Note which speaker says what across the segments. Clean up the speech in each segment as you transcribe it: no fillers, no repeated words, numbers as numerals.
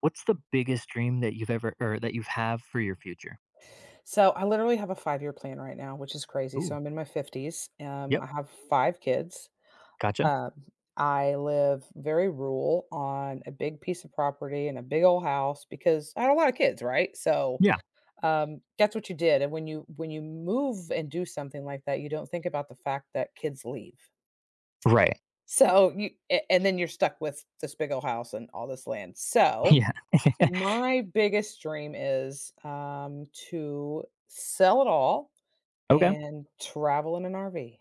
Speaker 1: What's the biggest dream that you've ever or that you have for your future?
Speaker 2: So I literally have a 5-year plan right now, which is crazy. So
Speaker 1: Ooh,
Speaker 2: I'm in my fifties.
Speaker 1: yep,
Speaker 2: I have 5 kids.
Speaker 1: gotcha.
Speaker 2: Um, I live very rural on a big piece of property and a big old house because I had a lot of kids, right? So,
Speaker 1: Yeah.
Speaker 2: that's what you did. And when you move and do something like that, you don't think about the fact that kids leave.
Speaker 1: Right.
Speaker 2: So you a and then you're stuck with this big old house and all this land. So
Speaker 1: Yeah.
Speaker 2: my biggest dream is, to sell it all
Speaker 1: Okay.
Speaker 2: and travel in an RV.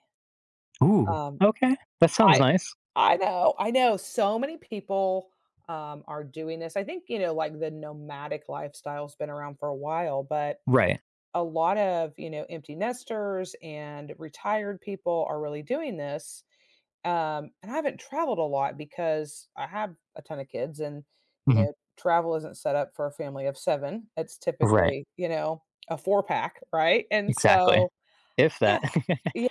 Speaker 1: Ooh.
Speaker 2: Um,
Speaker 1: Okay. That sounds
Speaker 2: I
Speaker 1: nice.
Speaker 2: I know, I know so many people, are doing this. I think, you know, like, the nomadic lifestyle's been around for a while, but
Speaker 1: Right.
Speaker 2: a lot of, you know, empty nesters and retired people are really doing this. And I haven't traveled a lot because I have a ton of kids and, you
Speaker 1: Hmm.
Speaker 2: know, travel isn't set up for a family of 7. It's
Speaker 1: Right.
Speaker 2: typically, you know, a 4 pack, right? And
Speaker 1: Exactly.
Speaker 2: so
Speaker 1: If
Speaker 2: yeah,
Speaker 1: that.
Speaker 2: Yeah,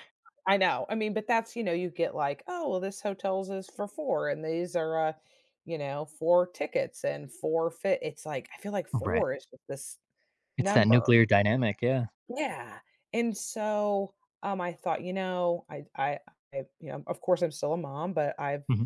Speaker 2: I know. I mean, but that's, you get like, "Oh, well, this hotel's is for 4, and these are, you know, 4 tickets and 4 fit," it's like, I feel like
Speaker 1: Right.
Speaker 2: 4 is just this
Speaker 1: It's that
Speaker 2: number.
Speaker 1: nuclear dynamic. Yeah.
Speaker 2: Yeah, and so, I thought, you know, I you know, of course, I'm still a mom, but I've
Speaker 1: Mhm.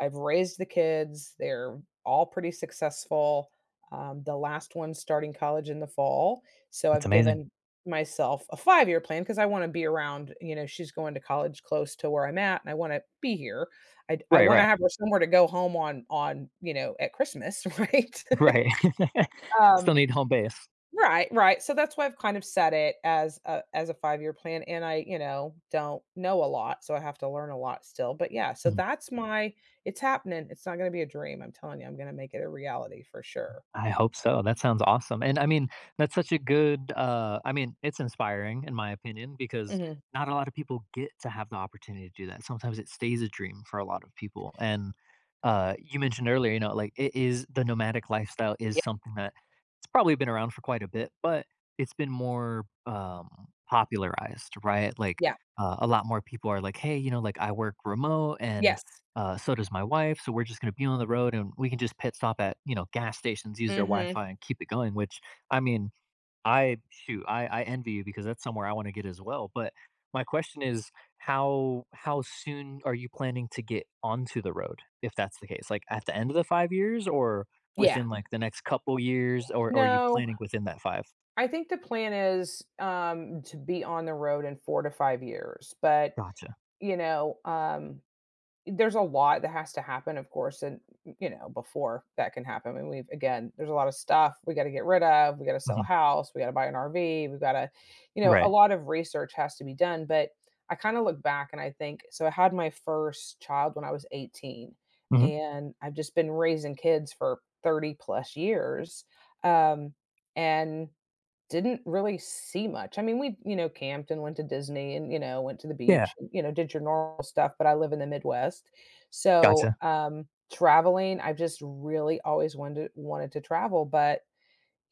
Speaker 2: I've raised the kids. They're all pretty successful. The last one's starting college in the fall. So
Speaker 1: That's
Speaker 2: I've
Speaker 1: amazing.
Speaker 2: given myself a 5-year plan because I want to be around, you know, she's going to college close to where I'm at and I want to be here. I
Speaker 1: Right.
Speaker 2: want to
Speaker 1: Right.
Speaker 2: have her somewhere to go home on, you know, at Christmas, right?
Speaker 1: Right. Still
Speaker 2: um,
Speaker 1: need home base.
Speaker 2: Right, right. So that's why I've kind of set it as a 5-year plan, and I, you know, don't know a lot, so I have to learn a lot still, but yeah, so that's my it's happening. It's not gonna be a dream, I'm telling you, I'm gonna make it a reality for sure.
Speaker 1: I hope so. That sounds awesome. And I mean, that's such a good I mean, it's inspiring in my opinion because
Speaker 2: Mhm.
Speaker 1: not a lot of people get to have the opportunity to do that. Sometimes it stays a dream for a lot of people. And you mentioned earlier, you know, like it is the nomadic lifestyle is
Speaker 2: Yeah,
Speaker 1: something that it's probably been around for quite a bit, but it's been more popularized, right? Like
Speaker 2: yeah,
Speaker 1: a lot more people are like, hey, you know, like I work remote and
Speaker 2: yes.
Speaker 1: so does my wife, so we're just gonna be on the road and we can just pit stop at, you know, gas stations, use their
Speaker 2: Mhm.
Speaker 1: Wi-Fi and keep it going, which I mean, I shoot, I envy you because that's somewhere I want to get as well. But my question is how soon are you planning to get onto the road, if that's the case? Like at the end of the 5 years or
Speaker 2: Yeah.
Speaker 1: within like the next couple years, or are you
Speaker 2: No,
Speaker 1: planning within that five?
Speaker 2: I think the plan is, to be on the road in 4 to 5 years, but,
Speaker 1: Gotcha.
Speaker 2: you know, there's a lot that has to happen, of course, and, you know, before that can happen, and we've again, there's a lot of stuff we gotta get rid of, we gotta sell a
Speaker 1: Mhm.
Speaker 2: house, we gotta buy an RV, we've gotta, you know, a
Speaker 1: Right.
Speaker 2: lot of research has to be done, but I kinda look back and I think so I had my first child when I was 18,
Speaker 1: Hmm.
Speaker 2: and I've just been raising kids for 30 plus years, um, and didn't really see much. I mean, we, you know, camped and went to Disney and, you know, went to the
Speaker 1: Yeah.
Speaker 2: beach, and, you know, did your normal stuff, but I live in the Midwest. So,
Speaker 1: Gotcha.
Speaker 2: traveling, I've just really always wanted to travel, but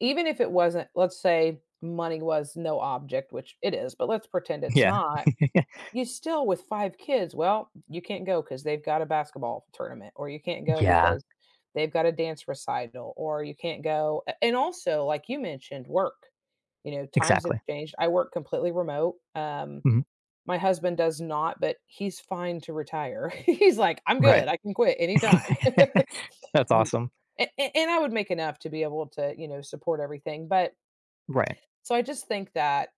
Speaker 2: even if it wasn't, let's say money was no object, which it is, but let's pretend it's
Speaker 1: Yeah.
Speaker 2: not. You still with 5 kids, well, you can't go because 'cause they've got a basketball tournament, or you can't go
Speaker 1: Yeah.
Speaker 2: because they've got a dance recital, or you can't go a and also, like you mentioned, work. You know, times have
Speaker 1: Exactly.
Speaker 2: changed. I work completely remote.
Speaker 1: Mhm.
Speaker 2: My husband does not, but he's fine to retire. He's like, "I'm
Speaker 1: Right.
Speaker 2: good. I can quit anytime."
Speaker 1: That's
Speaker 2: N
Speaker 1: awesome.
Speaker 2: a and I would make enough to be able to, you know, support everything, but
Speaker 1: Right.
Speaker 2: so I just think that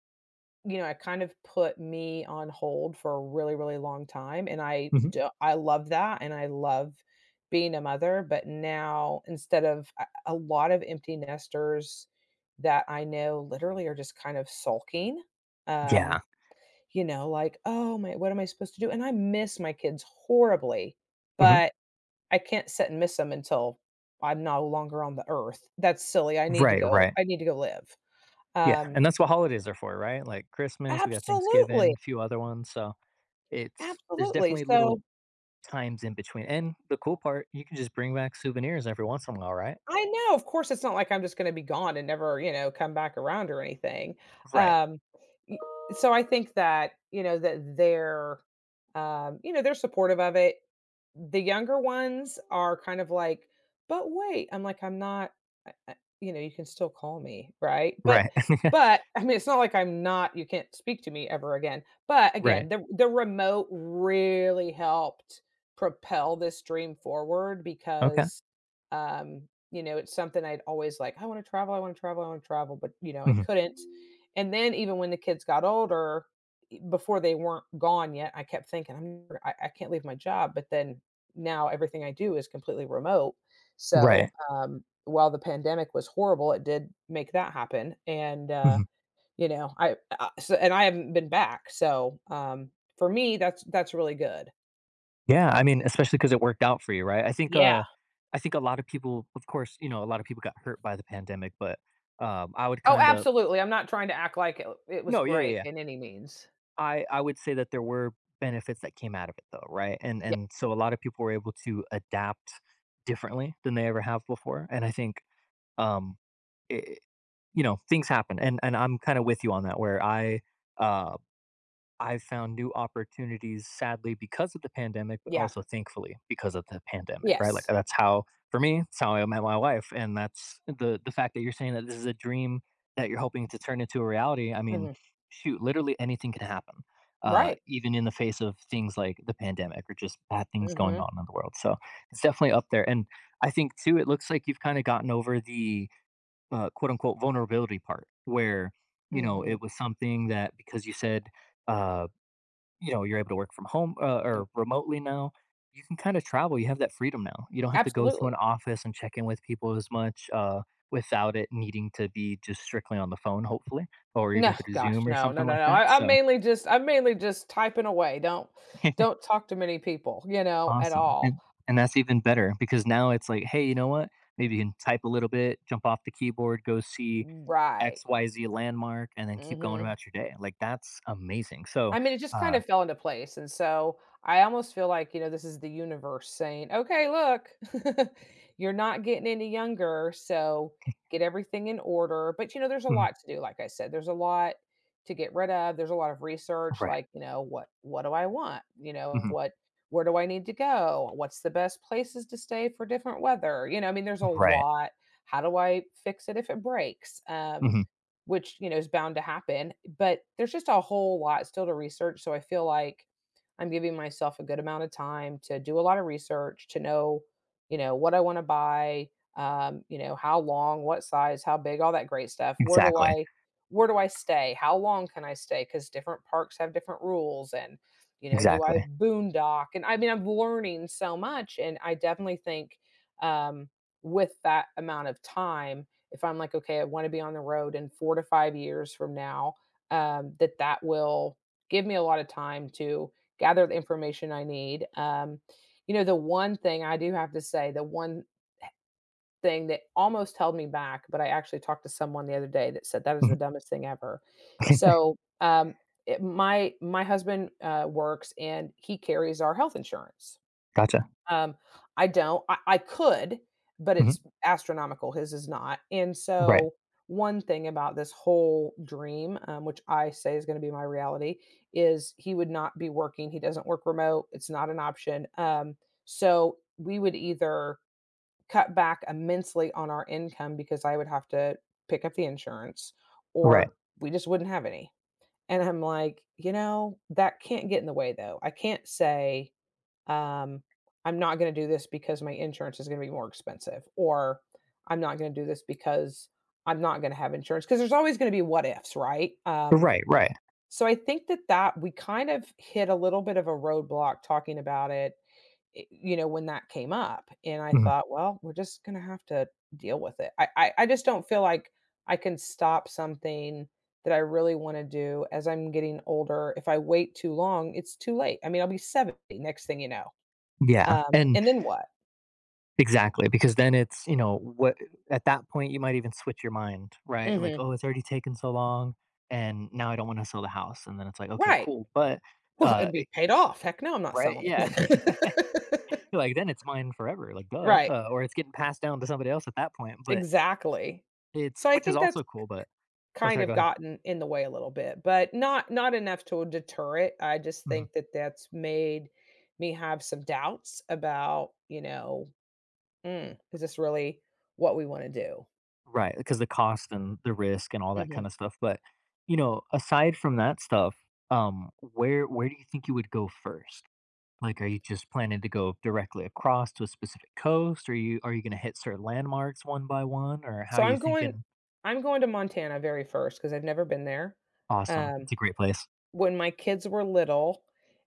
Speaker 2: you know, it kind of put me on hold for a really, really long time, and I
Speaker 1: Mhm.
Speaker 2: do I love that, and I love being a mother, but now instead of a lot of empty nesters that I know literally are just kind of sulking, um,
Speaker 1: Yeah.
Speaker 2: you know, like, "Oh, my what am I supposed to do?" And I miss my kids horribly,
Speaker 1: Mhm.
Speaker 2: but I can't sit and miss them until I'm no longer on the earth. That's silly, I need to
Speaker 1: Right,
Speaker 2: go
Speaker 1: right.
Speaker 2: I need to go live.
Speaker 1: Yeah,
Speaker 2: Um
Speaker 1: and that's what holidays are for, right? Like Christmas, we got
Speaker 2: Absolutely.
Speaker 1: Thanksgiving, a few other ones, so it's there's
Speaker 2: Absolutely,
Speaker 1: definitely little
Speaker 2: so
Speaker 1: times in between, and the cool part, you can just bring back souvenirs every once in a while, right?
Speaker 2: I know, of course, it's not like I'm just gonna be gone and never, you know, come back around or anything,
Speaker 1: Right,
Speaker 2: um, y so I think that, you know, they're supportive of it. The younger ones are kind of like, "But wait, I'm like, "I'm not I I you know, you can still call me, right?"
Speaker 1: right,
Speaker 2: But, I mean, it's not like I'm not you can't speak to me ever again, but
Speaker 1: right.
Speaker 2: again, the remote really helped propel this dream forward
Speaker 1: Okay.
Speaker 2: because, you know, it's something I'd always like, "I wanna travel, I wanna travel, I wanna travel," but, you know, I
Speaker 1: Mhm.
Speaker 2: couldn't, and then even when the kids got older, e before they weren't gone yet, I kept thinking, "I'm never- I can't leave my job," but then now everything I do is completely remote. So,
Speaker 1: Right.
Speaker 2: while the pandemic was horrible, it did make that happen, and,
Speaker 1: Mhm.
Speaker 2: I haven't been back, so, for me, that's really good.
Speaker 1: Yeah, I mean, especially because it worked out for you, right? I think,
Speaker 2: Yeah.
Speaker 1: uh, I think a lot of people of course, you know, a lot of people got hurt by the pandemic, but, I would
Speaker 2: Oh,
Speaker 1: kinda.
Speaker 2: absolutely, I'm not trying to act like it was
Speaker 1: No, yeah, yeah,
Speaker 2: great
Speaker 1: yeah.
Speaker 2: in any means.
Speaker 1: I would say that there were benefits that came out of it though, right? And
Speaker 2: Yeah.
Speaker 1: and so a lot of people were able to adapt differently than they ever have before. And I think um it, you know, things happen and I'm kind of with you on that where uh I've found new opportunities sadly because of the pandemic, but
Speaker 2: Yeah.
Speaker 1: also thankfully because of the pandemic, right? Like
Speaker 2: Yes.
Speaker 1: that's how for me, it's how I met my wife. And that's the fact that you're saying that this is a dream that you're hoping to turn into a reality. I mean,
Speaker 2: Mhm.
Speaker 1: shoot, literally anything can happen.
Speaker 2: Right.
Speaker 1: Even in the face of things like the pandemic or just bad things going
Speaker 2: Mhm.
Speaker 1: on in the world. So it's definitely up there. And I think too, it looks like you've kind of gotten over the quote unquote vulnerability part where, you know, it
Speaker 2: Mhm.
Speaker 1: was something that because you said uh you know, you're able to work from home or
Speaker 2: Yep.
Speaker 1: remotely now. You can kind of travel. You have that freedom now. You don't have to go to
Speaker 2: Absolutely.
Speaker 1: an office and check in with people as much without it needing to be just strictly on the phone, hopefully, or even
Speaker 2: No,
Speaker 1: through
Speaker 2: gosh,
Speaker 1: Zoom or
Speaker 2: no, no,
Speaker 1: something
Speaker 2: no,
Speaker 1: like
Speaker 2: no.
Speaker 1: that.
Speaker 2: I, I'm
Speaker 1: So
Speaker 2: mainly just I'm mainly just typing away. Don't don't talk to many people, you know, at
Speaker 1: awesome.
Speaker 2: all.
Speaker 1: And that's even better because now it's like, hey, you know what? Maybe you can type a little bit, jump off the keyboard, go see
Speaker 2: Right.
Speaker 1: XYZ landmark, and then keep going
Speaker 2: Hmm.
Speaker 1: about your day. Like, that's amazing. So,
Speaker 2: I mean, it just kind
Speaker 1: uh,
Speaker 2: of fell into place, and so I almost feel like, you know, this is the universe saying, "Okay, look, you're not getting any younger, so get everything in order." But, you know, there's a
Speaker 1: mhm,
Speaker 2: lot to do, like I said, there's a lot to get rid of, there's a lot of research,
Speaker 1: right.
Speaker 2: like, you know, what do I want? You know,
Speaker 1: Mhm,
Speaker 2: what where do I need to go? What's the best places to stay for different weather? You know, I mean, there's a
Speaker 1: right.
Speaker 2: lot. How do I fix it if it breaks?
Speaker 1: Hmm.
Speaker 2: Which, you know, is bound to happen, but there's just a whole lot still to research, so I feel like I'm giving myself a good amount of time to do a lot of research, to know, you know, what I wanna buy, you know, how long, what size, how big, all that great stuff. Where do
Speaker 1: Exactly.
Speaker 2: I where do I stay? How long can I stay? Because different parks have different rules and, you know, do I
Speaker 1: Exactly.
Speaker 2: boondock? And I mean, I'm learning so much, and I definitely think, um, with that amount of time, if I'm like, okay, I want to be on the road in 4 to 5 years from now, that that will give me a lot of time to gather the information I need. You know, the one thing I do have to say, the one thing that almost held me back, but I actually talked to someone the other day that said that is the
Speaker 1: Mhm.
Speaker 2: dumbest thing ever. So, my husband works and he carries our health insurance.
Speaker 1: Gotcha.
Speaker 2: Um, I don't. I could, but
Speaker 1: Mhm.
Speaker 2: it's astronomical, his is not, and
Speaker 1: Right.
Speaker 2: so, one thing about this whole dream, which I say is gonna be my reality, is he would not be working, he doesn't work remote, it's not an option, so, we would either cut back immensely on our income because I would have to pick up the insurance,
Speaker 1: Right.
Speaker 2: or we just wouldn't have any, and I'm like, "You know, that can't get in the way, though." I can't say um, I'm not going to do this because my insurance is going to be more expensive, or I'm not going to do this because I'm not going to have insurance. Because there's always going to be what ifs, right?
Speaker 1: Right, right.
Speaker 2: So I think that we kind of hit a little bit of a roadblock talking about it, you know, when that came up. And I
Speaker 1: Mhm.
Speaker 2: thought, well, we're just going to have to deal with it. I just don't feel like I can stop something that I really want to do as I'm getting older. If I wait too long, it's too late. I mean, I'll be 70 next thing you know
Speaker 1: Yeah, and
Speaker 2: and then what?
Speaker 1: exactly, because then it's, you know, what at that point, you might even switch your mind, right? Like,
Speaker 2: Mhm.
Speaker 1: "Oh, it's already taken so long, and now I don't wanna sell the house," and then it's like, "Okay,
Speaker 2: Right.
Speaker 1: cool," but,
Speaker 2: Well, it'd
Speaker 1: I
Speaker 2: be paid off. Heck no, I'm not
Speaker 1: right?
Speaker 2: selling it
Speaker 1: Yeah,
Speaker 2: then.
Speaker 1: like, then it's mine forever, like, duh,
Speaker 2: Right.
Speaker 1: or it's getting passed down to somebody else at that point, but
Speaker 2: Exactly.
Speaker 1: it's
Speaker 2: So I
Speaker 1: which is
Speaker 2: think
Speaker 1: also
Speaker 2: that's
Speaker 1: cool, but oh,
Speaker 2: kind
Speaker 1: sorry, go
Speaker 2: of
Speaker 1: ahead.
Speaker 2: gotten in the way a little bit, but not not enough to deter it. I just
Speaker 1: Mhm.
Speaker 2: think that that's made me have some doubts about, you know, "Mm, is this really what we wanna do?"
Speaker 1: Right, because the cost and the risk and all that
Speaker 2: Mhm.
Speaker 1: kind of stuff, but, you know, aside from that stuff, where do you think you would go first? Like, are you just planning to go directly across to a specific coast? Or you are you gonna hit certain landmarks one by one, or how
Speaker 2: So
Speaker 1: are you
Speaker 2: I'm going
Speaker 1: thinking?
Speaker 2: I'm going to Montana very first because 'cause I've never been there.
Speaker 1: Awesome,
Speaker 2: Um
Speaker 1: it's a great place.
Speaker 2: When my kids were little,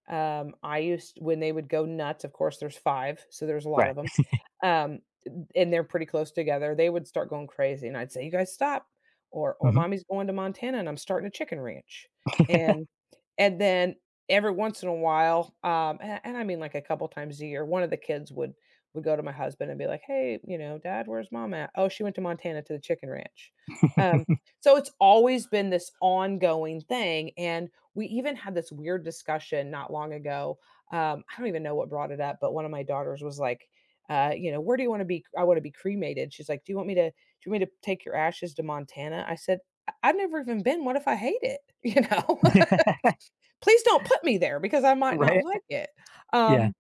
Speaker 2: I used when they would go nuts, of course, there's 5, so there's a lot
Speaker 1: Right.
Speaker 2: of 'em, and they're pretty close together, they would start going crazy, and I'd say, "You guys stop," or
Speaker 1: Mhm.
Speaker 2: "Mommy's going to Montana, and I'm starting a chicken ranch," and and then every once in a while, and a couple times a year, one of the kids would go to my husband and be like, "Hey, Dad, where's mom at?" "Oh, she went to Montana to the chicken ranch." Um, so it's always been this ongoing thing, and we even had this weird discussion not long ago. I don't even know what brought it up, but one of my daughters was like, where do you want to be? I want to be cremated. She's like, do you want me to, do you want me to take your ashes to Montana? I said, I've never even been. What if I hate it? Please don't put me there because I might not
Speaker 1: Right?
Speaker 2: like it.
Speaker 1: Yeah,
Speaker 2: Um,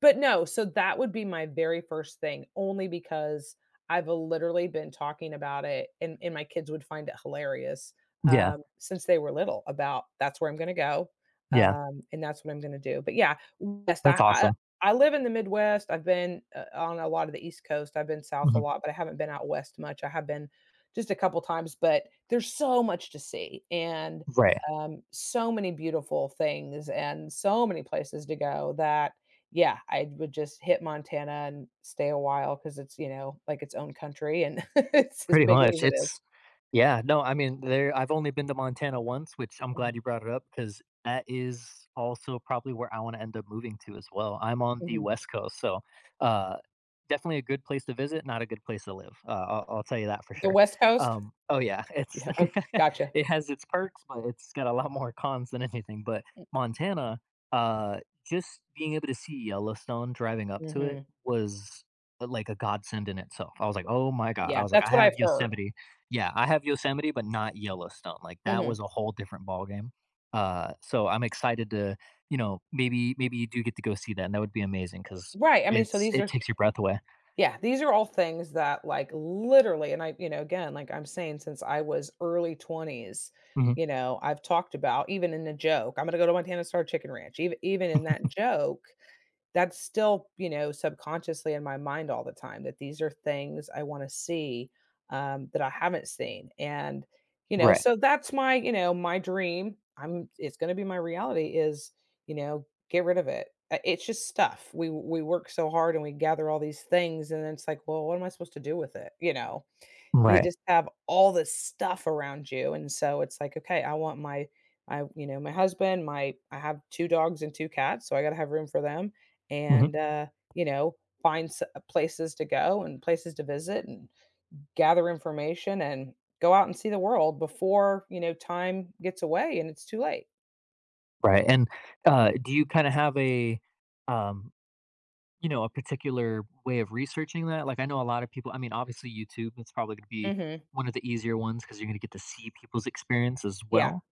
Speaker 2: but no, so that would be my very first thing, only because I've literally been talking about it, and my kids would find it hilarious,
Speaker 1: yeah,
Speaker 2: since they were little about that's where I'm gonna go,
Speaker 1: yeah.
Speaker 2: and that's what I'm gonna do. But yeah, West,
Speaker 1: That's
Speaker 2: I I
Speaker 1: awesome.
Speaker 2: I live in the Midwest. I've been, on a lot of the East Coast. I've been south a
Speaker 1: Mhm.
Speaker 2: lot, but I haven't been out west much. I have been just a couple times, but there's so much to see and,
Speaker 1: Right.
Speaker 2: so many beautiful things and so many places to go that yeah, I would just hit Montana and stay a while because it's, you know, like its own country and it's as
Speaker 1: Pretty
Speaker 2: big
Speaker 1: much,
Speaker 2: as it is.
Speaker 1: it's yeah, no, I mean, there I've only been to Montana once, which I'm glad
Speaker 2: Mhm,
Speaker 1: you brought it up because that is also probably where I wanna end up moving to as well. I'm on the
Speaker 2: mhm.
Speaker 1: West Coast, so, uh, definitely a good place to visit, not a good place to live. I'll tell you that for
Speaker 2: The
Speaker 1: sure.
Speaker 2: West Coast?
Speaker 1: Oh yeah, it's
Speaker 2: Yeah, oh, gotcha.
Speaker 1: it has its perks, but it's got a lot more cons than anything, but Montana, uh, just being able to see Yellowstone driving up to it
Speaker 2: Mhm.
Speaker 1: was like, a godsend in itself. I was like, "Oh my god." I
Speaker 2: Yeah,
Speaker 1: was like, "I
Speaker 2: that's what
Speaker 1: have
Speaker 2: I've heard.
Speaker 1: Yosemite." Yeah, I have Yosemite, but not Yellowstone. Like, that
Speaker 2: Mhm.
Speaker 1: was a whole different ballgame. So I'm excited to, you know, maybe you do get to go see that, and that would be amazing because
Speaker 2: Right, I mean, so
Speaker 1: it's
Speaker 2: these
Speaker 1: it
Speaker 2: are
Speaker 1: takes your breath away.
Speaker 2: yeah, these are all things that, like, literally and I you know, again, like I'm saying, since I was early 20s,
Speaker 1: Mhm.
Speaker 2: you know, I've talked about even in the joke, "I'm gonna go to Montana, start chicken ranch." Even in that joke that's still, you know, subconsciously in my mind all the time that these are things I want to see that I haven't seen. And, you know,
Speaker 1: Right.
Speaker 2: so that's my, you know, my dream. It's going to be my reality is, you know, get rid of it. It's just stuff. We work so hard and we gather all these things and then it's like, well, what am I supposed to do with it? You know? You
Speaker 1: Right.
Speaker 2: just have all this stuff around you, and so it's like, "Okay, I my husband, my I have 2 dogs and 2 cats, so I gotta have room for them,
Speaker 1: Mhm.
Speaker 2: and, you know, find s places to go and places to visit and gather information and go out and see the world before, you know, time gets away and it's too late."
Speaker 1: Right, and, do you kinda have a, um you know, a particular way of researching that? Like, I know a lot of people I mean, obviously, YouTube, it's probably gonna be
Speaker 2: Mhm.
Speaker 1: one of the easier ones because you 'cause you're gonna get to see people's experience as
Speaker 2: Yeah.
Speaker 1: well.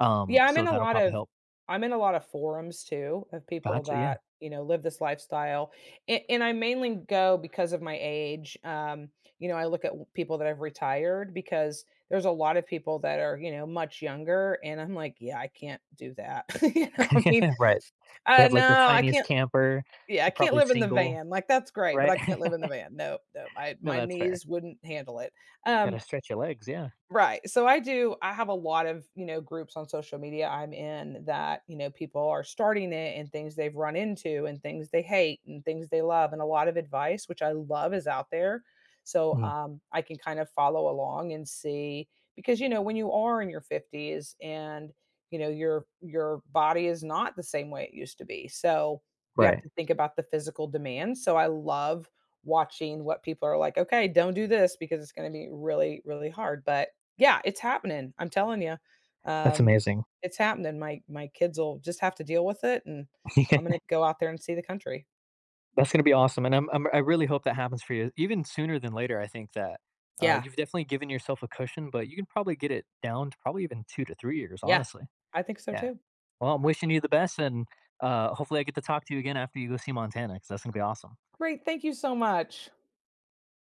Speaker 1: Um,
Speaker 2: Yeah, I'm
Speaker 1: so
Speaker 2: in a
Speaker 1: that'll
Speaker 2: lot
Speaker 1: probably
Speaker 2: of
Speaker 1: help.
Speaker 2: I'm in a lot of forums too of people
Speaker 1: Gotcha, yeah.
Speaker 2: that, you know, live this lifestyle. And I mainly go because of my age. You know, I look at people that have retired because there's a lot of people that are, you know, much younger. And I'm like, yeah, I can't do that. you know, I mean,
Speaker 1: Right. They have, like, the
Speaker 2: no, I
Speaker 1: tiniest
Speaker 2: can't.
Speaker 1: camper.
Speaker 2: Yeah, I
Speaker 1: They're
Speaker 2: can't
Speaker 1: probably
Speaker 2: live in the
Speaker 1: single,
Speaker 2: van. Like that's great, but
Speaker 1: right?
Speaker 2: I can't live in the van. No, no,
Speaker 1: No,
Speaker 2: my
Speaker 1: that's fair.
Speaker 2: knees wouldn't handle it. Um,
Speaker 1: Gotta stretch your legs, yeah.
Speaker 2: Right. So I have a lot of, you know, groups on social media I'm in that, you know, people are starting it and things they've run into and things they hate and things they love and a lot of advice which I love is out there. So
Speaker 1: Mm,
Speaker 2: I can kind of follow along and see because you know when you are in your 50s and you know your body is not the same way it used to be. So you have
Speaker 1: right.
Speaker 2: to think about the physical demands. So I love watching what people are like, okay, don't do this because it's going to be really really hard, but yeah, it's happening, I'm telling you.
Speaker 1: That's
Speaker 2: Um,
Speaker 1: amazing.
Speaker 2: it's happening, my kids will just have to deal with it, and I'm gonna go out there and see the country.
Speaker 1: That's gonna be awesome, and I really hope that happens for you. Even sooner than later, I think that,
Speaker 2: Yeah,
Speaker 1: you've definitely given yourself a cushion, but you can probably get it down to probably even 2 to 3 years,
Speaker 2: yeah,
Speaker 1: honestly.
Speaker 2: I think so
Speaker 1: Yeah.
Speaker 2: too.
Speaker 1: Well, I'm wishing you the best, and, hopefully I get to talk to you again after you go see Montana because that's gonna be awesome.
Speaker 2: Great, thank you so much.